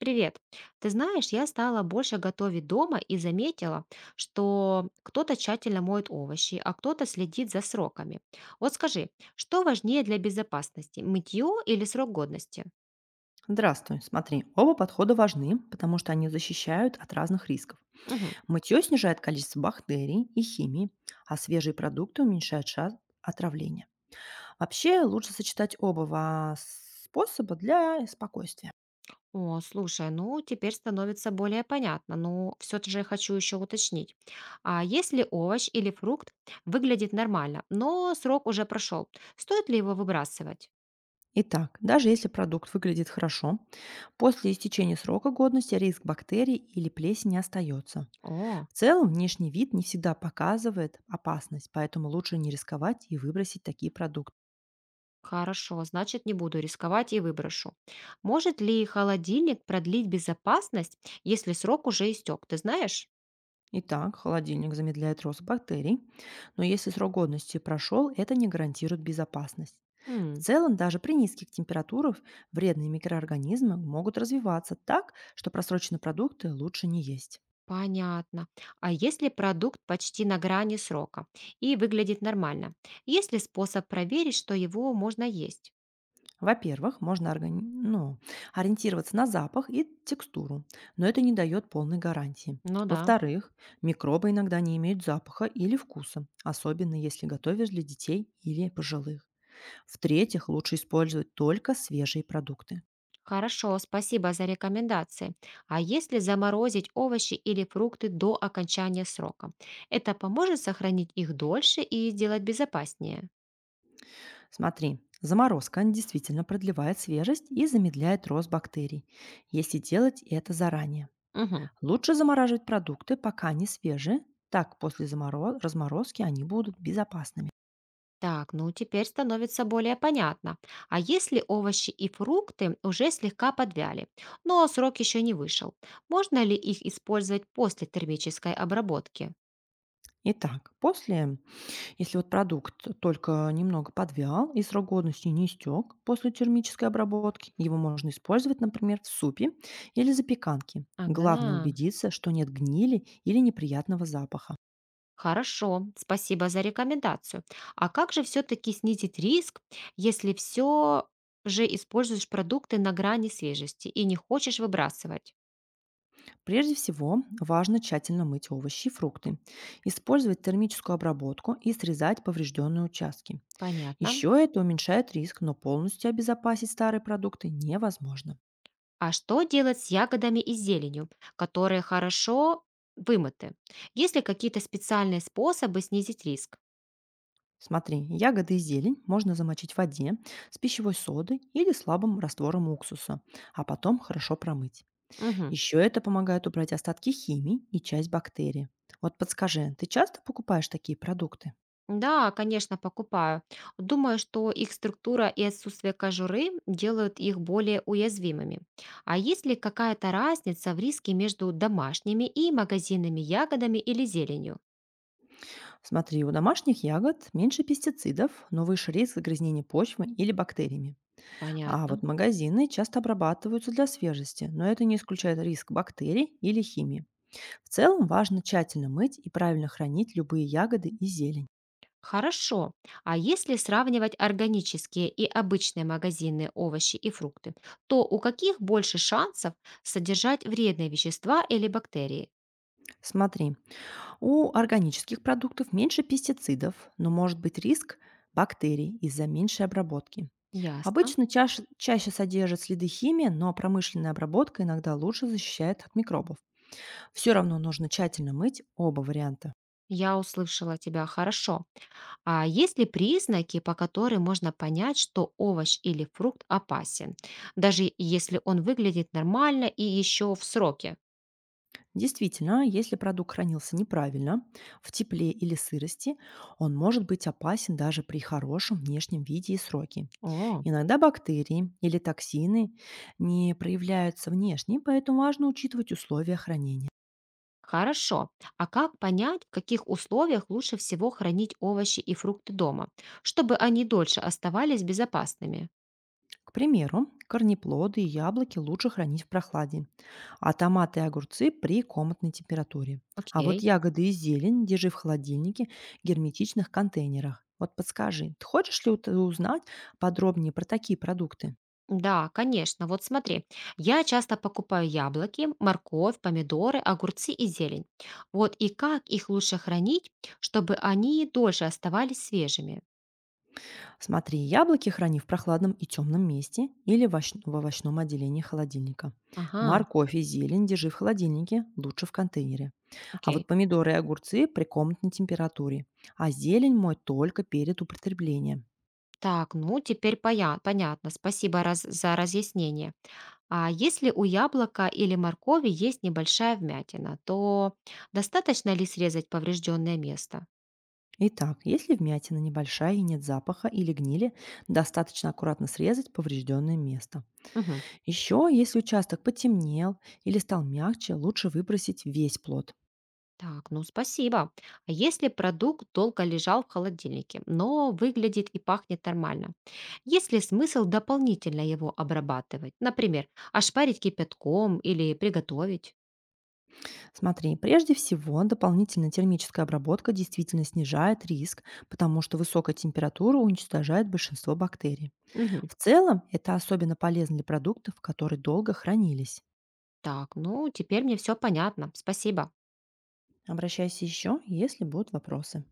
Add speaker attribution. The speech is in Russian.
Speaker 1: Привет. Ты знаешь, я стала больше готовить дома и заметила, что кто-то тщательно моет овощи, а кто-то следит за сроками. Вот скажи, что важнее для безопасности, мытье или срок годности?
Speaker 2: Здравствуй. Смотри, оба подхода важны, потому что они защищают от разных рисков.
Speaker 1: Мгм.
Speaker 2: Мытье снижает количество бактерий и химии, а свежие продукты уменьшают шанс отравления. Вообще лучше сочетать оба способа для спокойствия.
Speaker 1: О, слушай, ну теперь становится более понятно, но все же хочу еще уточнить. А если овощ или фрукт выглядит нормально, но срок уже прошел, стоит ли его выбрасывать?
Speaker 2: Итак, даже если продукт выглядит хорошо, после истечения срока годности риск бактерий или плесени остается.
Speaker 1: О.
Speaker 2: В целом, внешний вид не всегда показывает опасность, поэтому лучше не рисковать и выбросить такие продукты.
Speaker 1: Хорошо, значит, не буду рисковать и выброшу. Может ли холодильник продлить безопасность, если срок уже истек? Ты знаешь?
Speaker 2: Итак, холодильник замедляет рост бактерий, но если срок годности прошел, это не гарантирует безопасность. В
Speaker 1: М,
Speaker 2: целом, даже при низких температурах вредные микроорганизмы могут развиваться так, что просроченные продукты лучше не есть.
Speaker 1: понятно. А если продукт почти на грани срока и выглядит нормально? Есть ли способ проверить, что его можно есть?
Speaker 2: Во-первых, можно ориентироваться на запах и текстуру, но это не дает полной гарантии.
Speaker 1: Ну да.
Speaker 2: Во-вторых, микробы иногда не имеют запаха или вкуса, особенно если готовишь для детей или пожилых. В-третьих, лучше использовать только свежие продукты.
Speaker 1: Хорошо, спасибо за рекомендации. А если заморозить овощи или фрукты до окончания срока? Это поможет сохранить их дольше и сделать безопаснее?
Speaker 2: Смотри, заморозка она действительно продлевает свежесть и замедляет рост бактерий, если делать это заранее.
Speaker 1: Мгм.
Speaker 2: Лучше замораживать продукты, пока они свежие, так после разморозки они будут безопасными.
Speaker 1: Так, ну теперь становится более понятно. А если овощи и фрукты уже слегка подвяли, но срок еще не вышел, можно ли их использовать после термической обработки?
Speaker 2: Итак, после Если вот продукт только немного подвял и срок годности не истек после термической обработки, его можно использовать, например, в супе или запеканке. Главное
Speaker 1: Ага.
Speaker 2: убедиться, что нет гнили или неприятного запаха.
Speaker 1: Хорошо, спасибо за рекомендацию. А как же все-таки снизить риск, если все же используешь продукты на грани свежести и не хочешь выбрасывать?
Speaker 2: Прежде всего, важно тщательно мыть овощи и фрукты, использовать термическую обработку и срезать поврежденные участки.
Speaker 1: Понятно.
Speaker 2: Еще это уменьшает риск, но полностью обезопасить старые продукты невозможно.
Speaker 1: А что делать с ягодами и зеленью, которые хорошо вымыты? Есть ли какие-то специальные способы снизить риск?
Speaker 2: Смотри, ягоды и зелень можно замочить в воде с пищевой содой или слабым раствором уксуса, а потом хорошо промыть.
Speaker 1: Мгм.
Speaker 2: Еще это помогает убрать остатки химии и часть бактерий. Вот подскажи, ты часто покупаешь такие продукты?
Speaker 1: Да, конечно, покупаю. Думаю, что их структура и отсутствие кожуры делают их более уязвимыми. А есть ли какая-то разница в риске между домашними и магазинными ягодами или зеленью?
Speaker 2: Смотри, у домашних ягод меньше пестицидов, но выше риск загрязнения почвы или бактериями. А вот
Speaker 1: Понятно.
Speaker 2: магазины часто обрабатываются для свежести, но это не исключает риск бактерий или химии. В целом важно тщательно мыть и правильно хранить любые ягоды и зелень.
Speaker 1: Хорошо. А если сравнивать органические и обычные магазинные овощи и фрукты, то у каких больше шансов содержать вредные вещества или бактерии?
Speaker 2: Смотри, у органических продуктов меньше пестицидов, но может быть риск бактерий из-за меньшей обработки.
Speaker 1: Ясно.
Speaker 2: Обычно чаще содержат следы химии, но промышленная обработка иногда лучше защищает от микробов. Все равно нужно тщательно мыть оба варианта.
Speaker 1: Я услышала тебя хорошо. А есть ли признаки, по которым можно понять, что овощ или фрукт опасен, даже если он выглядит нормально и еще в сроке?
Speaker 2: Действительно, если продукт хранился неправильно, в тепле или сырости, он может быть опасен даже при хорошем внешнем виде и сроке.
Speaker 1: О.
Speaker 2: Иногда бактерии или токсины не проявляются внешне, поэтому важно учитывать условия хранения.
Speaker 1: Хорошо. А как понять, в каких условиях лучше всего хранить овощи и фрукты дома, чтобы они дольше оставались безопасными?
Speaker 2: К примеру, корнеплоды и яблоки лучше хранить в прохладе, а томаты и огурцы при комнатной температуре. А вот
Speaker 1: Окей.
Speaker 2: ягоды и зелень держи в холодильнике герметичных контейнерах. Вот подскажи, ты хочешь ли узнать подробнее про такие продукты?
Speaker 1: Да, конечно. Вот смотри, я часто покупаю яблоки, морковь, помидоры, огурцы и зелень. Вот и как их лучше хранить, чтобы они дольше оставались свежими?
Speaker 2: Смотри, яблоки храни в прохладном и темном месте или в овощном отделении холодильника.
Speaker 1: Ага,
Speaker 2: Морковь и зелень держи в холодильнике, лучше в контейнере. А вот
Speaker 1: окей.
Speaker 2: помидоры и огурцы при комнатной температуре. А зелень мой только перед употреблением.
Speaker 1: Так, ну теперь понятно. Спасибо за разъяснение. А если у яблока или моркови есть небольшая вмятина, то достаточно ли срезать поврежденное место?
Speaker 2: Итак, если вмятина небольшая и нет запаха или гнили, достаточно аккуратно срезать поврежденное место.
Speaker 1: Мгм.
Speaker 2: Еще, если участок потемнел или стал мягче, лучше выбросить весь плод.
Speaker 1: Так, ну спасибо. А если продукт долго лежал в холодильнике, но выглядит и пахнет нормально, есть ли смысл дополнительно его обрабатывать? Например, ошпарить кипятком или приготовить?
Speaker 2: Смотри, прежде всего, дополнительная термическая обработка действительно снижает риск, потому что высокая температура уничтожает большинство бактерий.
Speaker 1: Мгм.
Speaker 2: В целом, это особенно полезно для продуктов, которые долго хранились.
Speaker 1: Так, ну теперь мне все понятно. Спасибо.
Speaker 2: Обращайся еще, если будут вопросы.